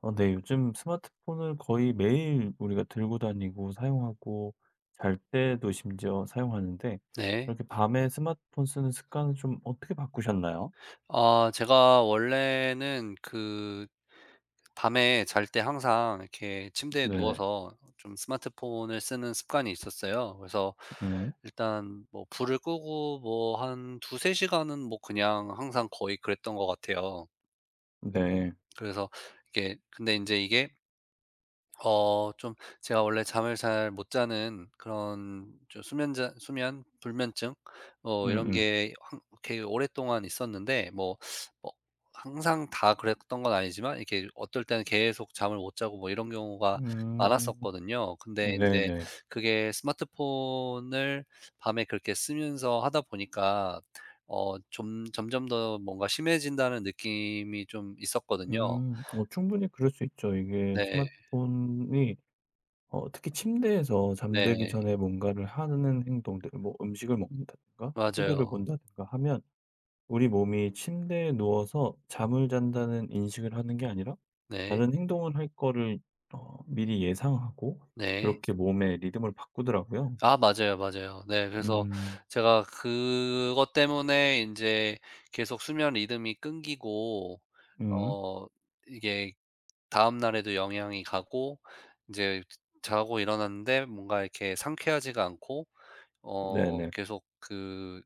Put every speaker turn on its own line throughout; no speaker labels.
어 네. 요즘 스마트폰을 거의 매일 우리가 들고 다니고 사용하고 잘 때도 심지어 사용하는데
네.
이렇게 밤에 스마트폰 쓰는 습관을 좀 어떻게 바꾸셨나요?
아, 제가 원래는 그 밤에 잘 때 항상 이렇게 침대에
네.
누워서 좀 스마트폰을 쓰는 습관이 있었어요. 그래서
음.
일단 뭐 불을 끄고 뭐 한 두세 시간은 뭐 그냥 항상 거의 그랬던 것 같아요.
네.
그래서 이게 근데 이제 이게 좀 제가 원래 잠을 잘 못 자는 그런 좀 수면 불면증. 네. 이런
음음.
게 이렇게 오랫동안 있었는데 뭐 항상 다 그랬던 건 아니지만 이렇게 어떨 때는 계속 잠을 못 자고 뭐 이런 경우가
음.
많았었거든요. 근데 이제
네네.
그게 스마트폰을 밤에 그렇게 쓰면서 하다 보니까 좀 점점 더 뭔가 심해진다는 느낌이 좀 있었거든요.
음. 충분히 그럴 수 있죠. 이게
네.
스마트폰이 특히 침대에서 잠들기
네.
전에 뭔가를 하는 행동들, 뭐 음식을 먹는다든가 티비를
맞아요.
본다든가 하면 우리 몸이 침대에 누워서 잠을 잔다는 인식을 하는 게 아니라
네.
다른 행동을 할 거를 미리 예상하고
네.
그렇게 몸의 리듬을 바꾸더라고요.
아 맞아요, 맞아요. 네, 그래서
음.
제가 그것 때문에 인제 계속 수면 리듬이 끊기고
음.
어 이게 다음 날에도 영향이 가고 인제 자고 일어났는데 뭔가 이렇게 상쾌하지가 않고
네네.
계속 그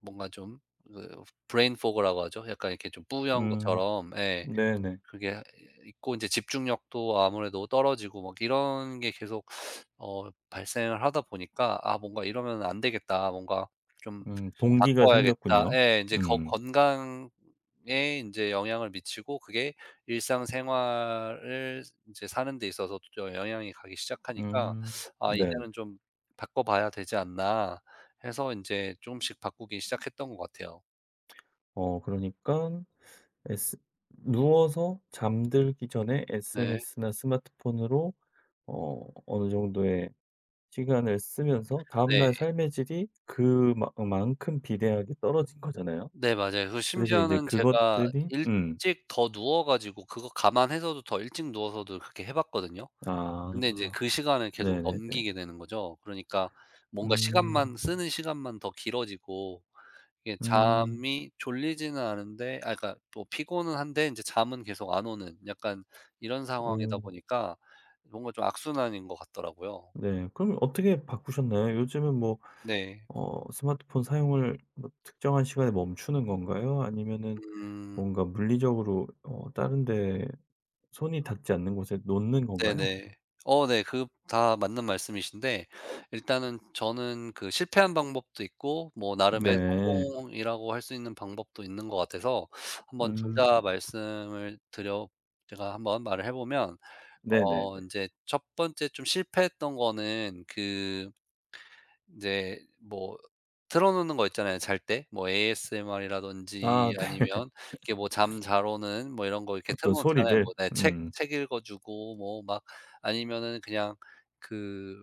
뭔가 좀 그 브레인 포그라고 하죠. 약간 이렇게 좀 뿌연
음.
것처럼. 예.
네네.
그게 있고 인제 집중력도 아무래도 떨어지고 막 이런 게 계속 발생을 하다 보니까 '아 뭔가 이러면 안 되겠다. 뭔가 좀
음. 동기가
바꿔야겠다.'
생겼군요.
예. 이제 거
음.
건강에 이제 영향을 미치고 그게 일상생활을 이제 사는 데 있어서도 영향이 가기 시작하니까
음.
'아
네네.
이제는 좀 바꿔 봐야 되지 않나.' 해서 이제 조금씩 바꾸기 시작했던 것 같아요.
그러니까 S, 누워서 잠들기 전에
네.
SNS나 스마트폰으로 어느 정도의 시간을 쓰면서
네.
다음날 삶의 질이 그만큼 비대하게 떨어진 거잖아요.
네, 맞아요. 그
그래서 이제
심지어는 제가
그것들이
일찍 더 누워 가지고 그거 감안해서도 더 일찍 누워서도 그렇게 해 봤거든요. 근데 인제
아.
그 시간을 계속
네네네.
넘기게 되는 거죠. 그러니까 뭔가
음.
시간만 더 길어지고 이게
음.
잠이 졸리지는 않은데 아 그러니까 또 피곤은 한데 인제 잠은 계속 안 오는, 약간 이런 상황이다
오.
보니까 뭔가 좀 악순환인 것 같더라고요.
네. 그럼 어떻게 바꾸셨나요? 요즘은 뭐
네.
스마트폰 사용을 뭐 특정한 시간에 멈추는 건가요? 아니면은
음.
뭔가 물리적으로 다른 데 손이 닿지 않는 곳에 놓는 건가요?
네네. 네. 그 다 맞는 말씀이신데 일단은 저는 그 실패한 방법도 있고 뭐 나름의
네.
성공이라고 할 수 있는 방법도 있는 것 같아서 한번 둘 다
음.
말씀을 드려 제가 한번 말을 해 보면
네네네.
인제 첫 번째 좀 실패했던 거는 그 이제 뭐 틀어 놓는 거 있잖아요, 잘 때. 뭐 ASMR이라든지
아 네.
아니면 이게 뭐 잠 잘 오는 뭐 이런 거 이렇게 틀어
어떤
놓잖아요.
소리들?
뭐 네 책
음.
책 읽어 주고 뭐 막 아니면은 그냥 그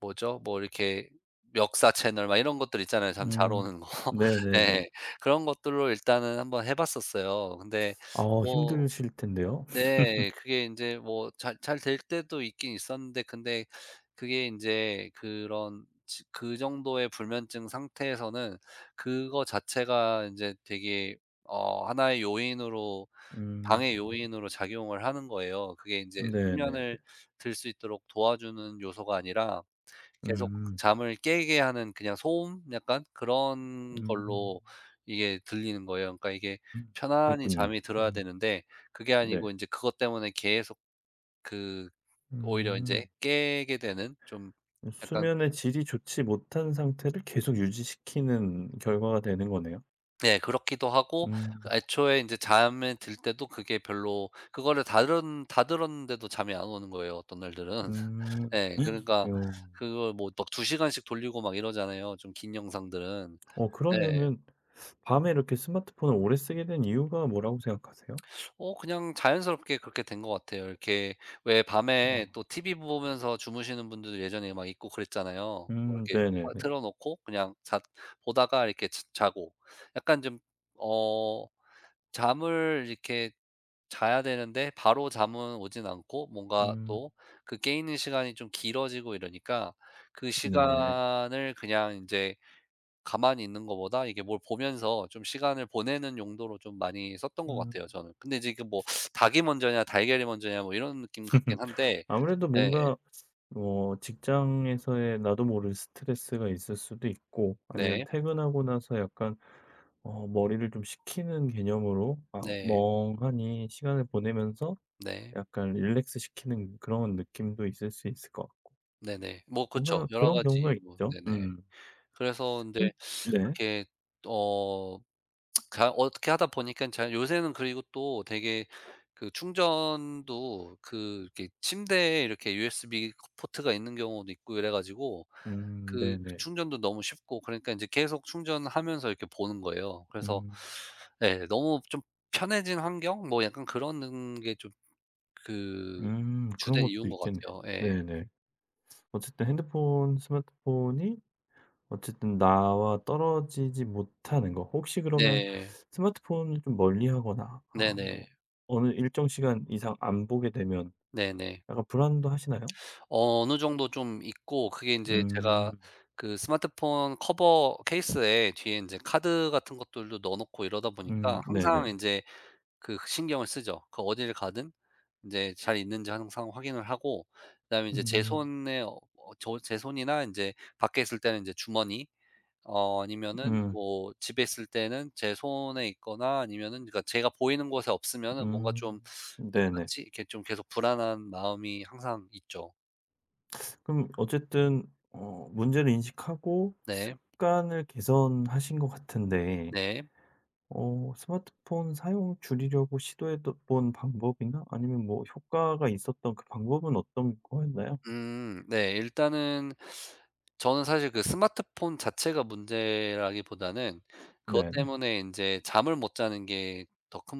뭐죠? 뭐 이렇게 역사 채널 막 이런 것들 있잖아요, 잠 잘
음.
오는 거.
네네네.
예. 그런 것들로 일단은 한번 해 봤었어요. 근데 뭐
힘드실 텐데요.
네. 그게 인제 뭐 잘 될 때도 있긴 있었는데 근데 그게 인제 그런 지 그 정도의 불면증 상태에서는 그거 자체가 인제 되게 하나의 요인으로 방해
음.
요인으로 작용을 하는 거예요. 그게 인제
네네네.
수면을 들 수 있도록 도와주는 요소가 아니라 계속
음.
잠을 깨게 하는 그냥 소음 약간 그런
음.
걸로 이게 들리는 거예요. 그러니까 이게
음.
편안히
그랬군요.
잠이 들어야
음.
되는데 그게
네.
아니고 인제 그것 때문에 계속 그 오히려
음.
인제 깨게 되는, 좀 약간.
수면의 질이 좋지 못한 상태를 계속 유지시키는 결과가 되는 거네요.
네, 그렇기도 하고
음.
애초에 인제 잠에 들 때도 그게 별로 그거를 다 들었는데도 잠이 안 오는 거예요, 어떤 날들은.
음.
예. 그러니까
음.
그걸 뭐 막 2 시간씩 돌리고 막 이러잖아요, 좀 긴 영상들은. 네.
그러면은 밤에 이렇게 스마트폰을 오래 쓰게 된 이유가 뭐라고 생각하세요?
그냥 자연스럽게 그렇게 된 것 같아요. 이렇게 왜 밤에
음.
또 TV 보면서 주무시는 분들도 예전에 막 있고 그랬잖아요. 뭐
음.
이렇게 파
네네네.
틀어 놓고 그냥 자 보다가 이렇게 자 자고 약간 좀 어 잠을 이렇게 자야 되는데 바로 잠은 오진 않고 뭔가
음.
또 그 깨 있는 시간이 좀 길어지고 이러니까 그
네.
시간을 그냥 이제 가만히 있는 것보다 이게 뭘 보면서 좀 시간을 보내는 용도로 좀 많이 썼던 것
음.
같아요 저는. 근데 지금 뭐 닭이 먼저냐 달걀이 먼저냐 뭐 이런 느낌 같긴
음.
한데.
아무래도
네.
뭔가 뭐 직장에서의 나도 모를 스트레스가 있을 수도 있고, 아니면
네.
퇴근하고 나서 약간 머리를 좀 식히는 개념으로, 아
네.
멍하니 시간을 보내면서
네.
약간 릴렉스 시키는 그런 느낌도 있을 수 있을 것 같고.
네네. 뭐 그쵸.
뭔가
여러
그런 경우가
가지 뭐.
있죠.
네네.
음.
그래서 근데
음 네.
그렇게 어 가 어떻게 하다 보니깐 잘 요새는, 그리고 또 되게 그 충전도 그 이렇게 침대에 이렇게 USB 포트가 있는 경우도 있고 이래 가지고 그
네네.
충전도 너무 쉽고 그러니까 인제 계속 충전하면서 이렇게 보는 거예요. 그래서
음.
예 너무 좀 편해진 환경 뭐 약간 그런 게 좀 그
그런
주된
것도
이유인 것
있겠네요.
같아요. 예.
네네. 어쨌든 핸드폰, 스마트폰이 어쨌든 나와 떨어지지 못하는 거. 혹시 그러면
네.
스마트폰을 좀 멀리 하거나 아
네네.
뭐 어느 일정 시간 이상 안 보게 되면
네네.
약간 불안도 하시나요?
어느 정도 좀 있고, 그게 인제
음.
제가 그 스마트폰 커버 케이스에 뒤에 인제 카드 같은 것들도 넣어 놓고 이러다 보니까 항상
네네.
인제 그 신경을 쓰죠. 그어를 가든 이제 잘 있는지 항상 확인을 하고 그다음에 이제 제
음.
손에 제 손이나 이제 밖에 있을 때는 이제 주머니, 아니면은
음.
뭐 집에 있을 때는 제 손에 있거나 아니면은 그러니까 제가 보이는 곳에 없으면은 뭔가 좀
음.
'어디
네네.
갔지?' 이렇게 좀 계속 불안한 마음이 항상 있죠.
그럼 어쨌든 문제를 인식하고
네.
습관을 개선하신 것 같은데
네.
스마트폰 사용 줄이려고 시도해 본 방법이나 아니면 뭐 효과가 있었던 그 방법은 어떤 거였나요?
음. 네. 일단은 저는 사실 그 스마트폰 자체가 문제라기보다는 그것
네네.
때문에 이제 잠을 못 자는 게 더 큰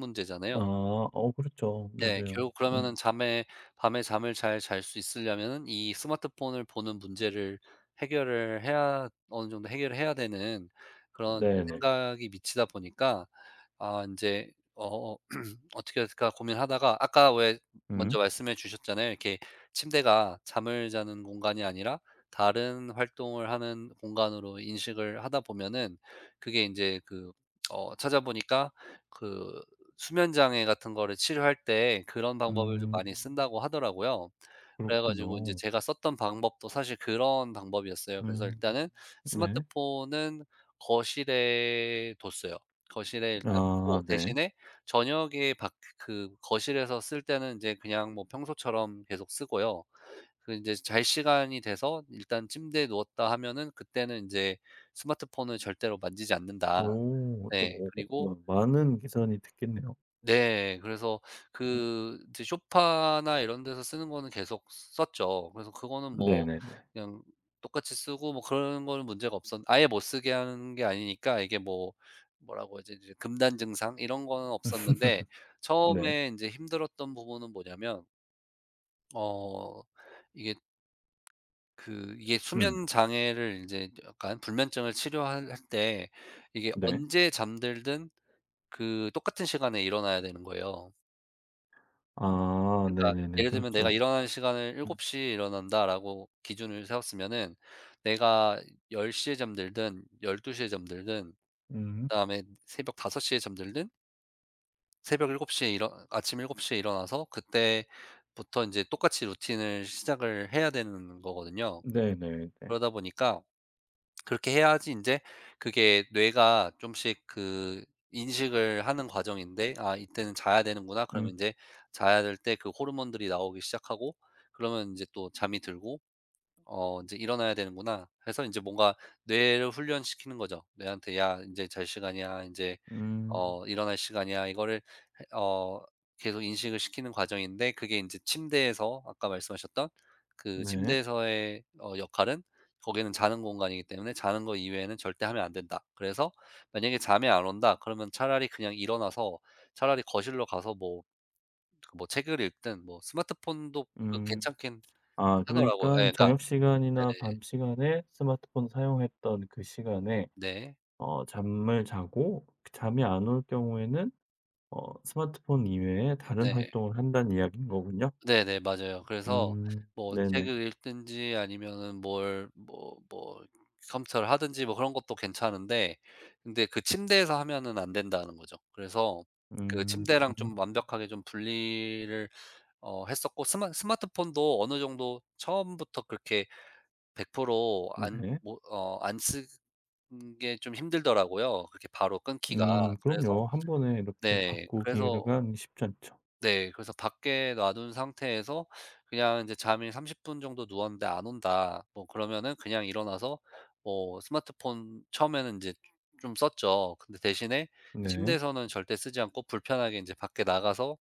아.
문제잖아요.
그렇죠.
네.
맞아요.
결국 그러면은
음.
잠에 밤에 잠을 잘 잘 수 있으려면은 이 스마트폰을 보는 문제를 해결을 해야, 어느 정도 해결을 해야 되는, 그런 이제
네네.
생각이 미치다 보니까 아이제어 어떻게 해 될까 고민하다가 아까 왜
음.
먼저 말씀해 주셨잖아요, 이렇게 침대가 잠을 자는 공간이 아니라 다른 활동을 하는 공간으로 인식을 하다 보면은 그게 인제 그 찾아보니까 그 수면 장애 같은 거를 치료할 때 그런 방법을 좀
음.
많이 쓴다고 하더라고요. 그래 가지고 이제
그렇군요.
제가 썼던 방법도 사실 그런 방법이었어요. 그래서
음.
일단은
네.
스마트폰은 거실에 뒀어요. 거실에 일단 두고
아 네.
대신에 저녁에 밖 그 거실에서 쓸 때는 이제 그냥 뭐 평소처럼 계속 쓰고요. 그제잘 시간이 돼서 일단 침대에 누웠다 하면은 그때는 이제 스마트폰을 절대로 만지지 않는다.
오.
네.
오,
그리고
많은 기선이 듣겠네요.
네. 그래서
음.
그 이제 쇼파나 이런 데서 쓰는 거는 계속 썼죠. 그래서 그거는 뭐
네네네.
그냥 똑같이 쓰고 뭐 그런 거는 문제가 없었 아예 못 쓰게 하는 게 아니니까 이게 뭐 뭐라고 하지 이제 금단 증상 이런 거는 없었는데
네.
처음에 인제 힘들었던 부분은 뭐냐면 어 이게 그 이게
음.
수면 장애를 인제 약간 불면증을 치료할 할 때 이게
네.
언제 잠들든 그 똑같은 시간에 일어나야 되는 거예요.
아
그러니까
네네네.
예를 들면
그렇죠,
'내가 일어나는
그렇죠.
시간을 7
음.
곱시에 일어난다.'라고 기준을 세웠으면은 내가 10시에 잠들든 12시에 잠들든
음.
그다음에 새벽 5시에 잠들든 새벽 일곱 시에 일어 아침 7시에 일어나서 그때부터 인제 똑같이 루틴을 시작을 해야 되는 거거든요.
네네네.
그러다 보니까 그렇게 해야지 이제 그게 뇌가 좀씩 그 인식을 하는 과정인데 '아 이때는 자야 되는구나.' 그러면
음.
이제 자야 될 때 그 호르몬들이 나오기 시작하고 그러면 이제 또 잠이 들고 '어 이제 일어나야 되는구나.' 해서 이제 뭔가 뇌를 훈련시키는 거죠. 뇌한테 "야 이제 잘 시간이야." 이제
음.
"일어날 시간이야." 이거를 해 어 계속 인식을 시키는 과정인데 그게 이제 침대에서 아까 말씀하셨던 그
네.
침대에서의 역할은 거기는 자는 공간이기 때문에 자는 거 이외에는 절대 하면 안 된다. 그래서 만약에 잠이 안 온다 그러면 차라리 그냥 일어나서 차라리 거실로 가서 뭐 그 뭐 책을 읽든 뭐 스마트폰도 그
음.
괜찮긴
아 그러니
하더라고요.
까
예, 그러니까.
저녁 시간이나
네네.
밤 시간에 스마트폰 사용했던 그 시간에
네.
잠을 자고, 잠이 안 올 경우에는 스마트폰 이외에 다른
네.
활동을 한다는 이야기인 거군요.
네네. 맞아요. 그래서 뭐
네네.
책을 읽든지 아니면은 뭘 뭐 컴퓨터를 하든지 뭐 그런 것도 괜찮은데 근데 그 침대에서 하면은 안 된다는 거죠. 그래서 그
음
침대랑 좀 완벽하게 좀 분리를 했었고 스마트폰도 어느 정도 처음부터 그렇게 100%안
네.
뭐 안 쓰는 게 좀 힘들더라고요, 그렇게 바로 끊기가. 그래서
그럼요. 한 번에 이렇게 바
네.
꾸기
그래서
가 쉽지 않죠.
네. 그래서 밖에 놔둔 상태에서 그냥 인제 잠이 30분 정도 누웠는데 안 온다. 뭐 그러면은 그냥 일어나서 뭐 스마트폰 처음에는 인제 좀 썼죠. 근데 대신에
네.
침대에서는 절대 쓰지 않고 불편하게 인제 밖에 나가서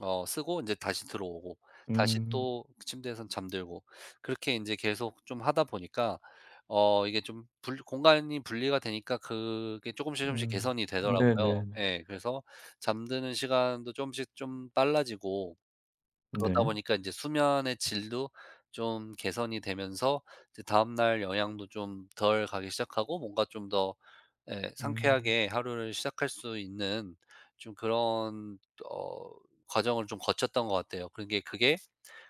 쓰고 이제 다시 들어오고 다시
음
또 침대에선 잠들고 그렇게 이제 계속 좀 하다 보니까 이게 좀 분 공간이 분리가 되니까 그게 조금씩 조금씩
음
개선이 되더라고요.
네네네.
예. 그래서 잠드는 시간도 조금씩 좀 빨라지고 그러다
네.
보니까 이제 수면의 질도 좀 개선이 되면서 이제 다음날 영향도 좀 덜 가기 시작하고 뭔가 좀더 예
음
상쾌하게 하루를 시작할 수 있는 좀 그런 어 과정을 좀 거쳤던 것 같아요. 그런 게 그게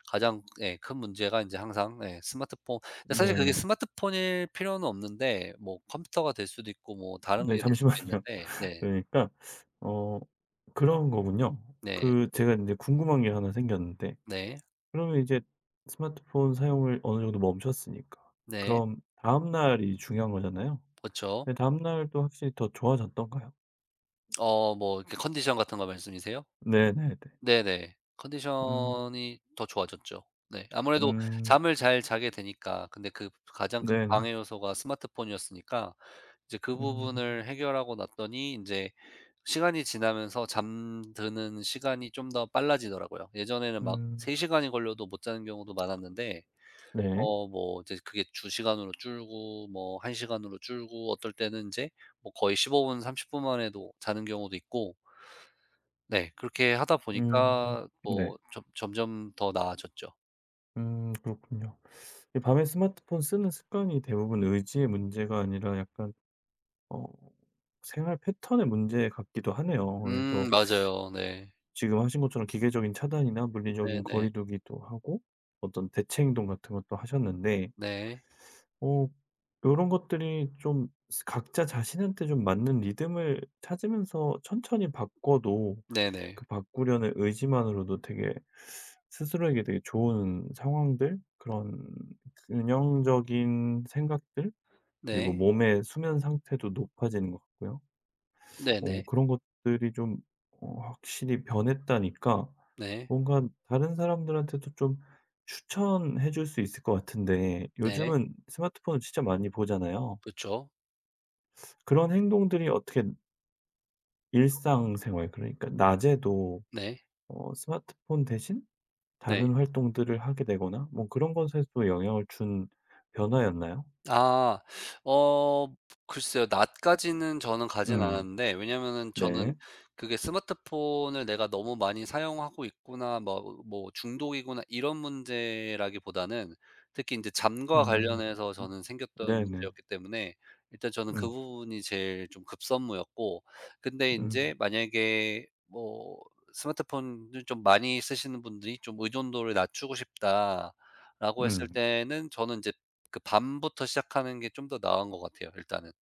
가장 예 큰 문제가 이제 항상 예 스마트폰. 근데 사실 그게
네.
스마트폰일 필요는 없는데 뭐 컴퓨터가 될 수도 있고 뭐 다른 게
네
될 수도
잠시만요.
있는데. 네.
그러니까 어 그런 거군요.
네.
그 제가 이제 궁금한 게 하나 생겼는데
네.
그러면 이제 스마트폰 사용을 어느 정도 멈췄으니까.
네.
그럼 다음 날이 중요한 거잖아요.
그렇죠.
근데 다음 날도 확실히 더 좋아졌던가요?
뭐 이렇게 컨디션 같은 거 말씀이세요?
네네네.
네네.
음.
컨디션이 더 좋아졌죠. 네. 음. 아무래도
음.
잠을 잘 자게 되니까. 근데 그 가장 큰
네네.
방해 요소가 스마트폰이었으니까 이제 그
음.
부분을 해결하고 났더니 인제 시간이 지나면서 잠드는 시간이 좀 더 빨라지더라고요. 예전에는 막
음.
3 시간이 걸려도 못 자는 경우도 많았는데
네.
뭐 이제 그게 주 시간으로 줄고 뭐 1 시간으로 줄고 어떨 때는 인제 뭐 거의 15 분, 30분 만에도 자는 경우도 있고 네. 그렇게 하다
음.
보니까
네.
뭐 점 점점 더 나아졌죠.
음. 그렇군요. 이 밤에 스마트폰 쓰는 습관이 대부분 의지의 문제가 아니라 약간 어 생활 패턴의 문제 같기도 하네요. 그래서
맞아요. 네.
지금 하신 것처럼 기계적인 차단이나
네
물리적인
네.
거리두기도 하고 어떤 대체 행동 같은 것도 하셨는데
네.
어 이런 것들이 좀 각자 자신한테 좀 맞는 리듬을 찾으면서 천천히 바꿔도
네 네.
그 바꾸려는 의지만으로도 되게 스스로에게 되게 좋은 상황들, 그런 균형적인 생각들, 그리고
네.
몸의 수면 상태도 높아지는 것 같고요.
네네.
그런 것들이 좀 확실히 변했다니까
네.
뭔가 다른 사람들한테도 좀 추천해 줄 수 있을 것 같은데,
네.
요즘은 스마트폰을 진짜 많이 보잖아요.
그쵸.
그런 행동들이 어떻게 일상생활, 그러니까 낮에도
네.
스마트폰 대신
네.
다른 활동들을 하게 되거나 뭐 그런 것에도 영향을 준 변화였나요?
아. 어 글쎄요. 낮까지는 저는 가진
음.
않았는데 왜냐면은 네, 저는
네.
그게 '스마트폰을 내가 너무 많이 사용하고 있구나.' 뭐 '중독이구나.' 이런 문제라기보다는 특히 인제 잠과
음.
관련해서
음.
저는 생겼던
네네.
문제였기 때문에 일단 저는 그
음.
부분이 제일 좀 급선무였고 근데
음.
인제 만약에 뭐 스마트폰을 좀 많이 쓰시는 분들이 좀 '의존도를 낮추고 싶다.'라고 했을
음.
때는 저는 인제 그 밤부터 시작하는 게 좀 더 나은 것 같아요, 일단은.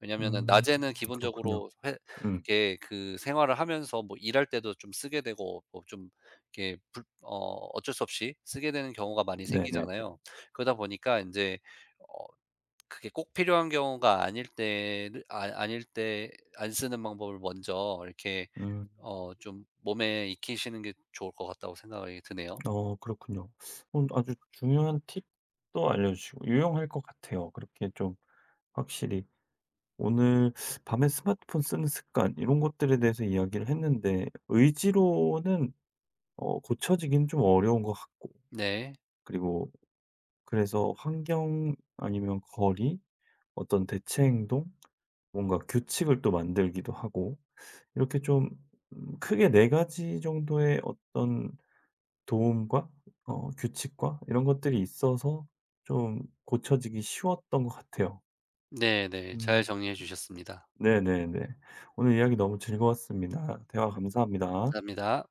왜냐면은
음.
낮에는
그렇군요.
기본적으로 회
음.
이렇게 그 생활을 하면서 뭐 일할 때도 좀 쓰게 되고 뭐 좀 이렇게 불 어 어쩔 수 없이 쓰게 되는 경우가 많이
네네네.
생기잖아요. 그러다 보니까 인제 어 그게 꼭 필요한 경우가 아닐 때를 아 아닐 때 안 쓰는 방법을 먼저 이렇게
음.
좀 몸에 익히시는 게 좋을 것 같다고 생각이 드네요.
그렇군요. 오늘 아주 중요한 팁도 알려주시고 유용할 것 같아요. 그렇게 좀 확실히 오늘 밤에 스마트폰 쓰는 습관 이런 것들에 대해서 이야기를 했는데, 의지로는 고쳐지기는 좀 어려운 것 같고,
네.
그리고 그래서 환경 아니면 거리, 어떤 대체 행동, 뭔가 규칙을 또 만들기도 하고 이렇게 좀 크게 네 가지 정도의 어떤 도움과 규칙과 이런 것들이 있어서 좀 고쳐지기 쉬웠던 것 같아요.
네네. 잘
음.
정리해 주셨습니다.
네네네. 오늘 이야기 너무 즐거웠습니다. 대화 감사합니다.
감사합니다.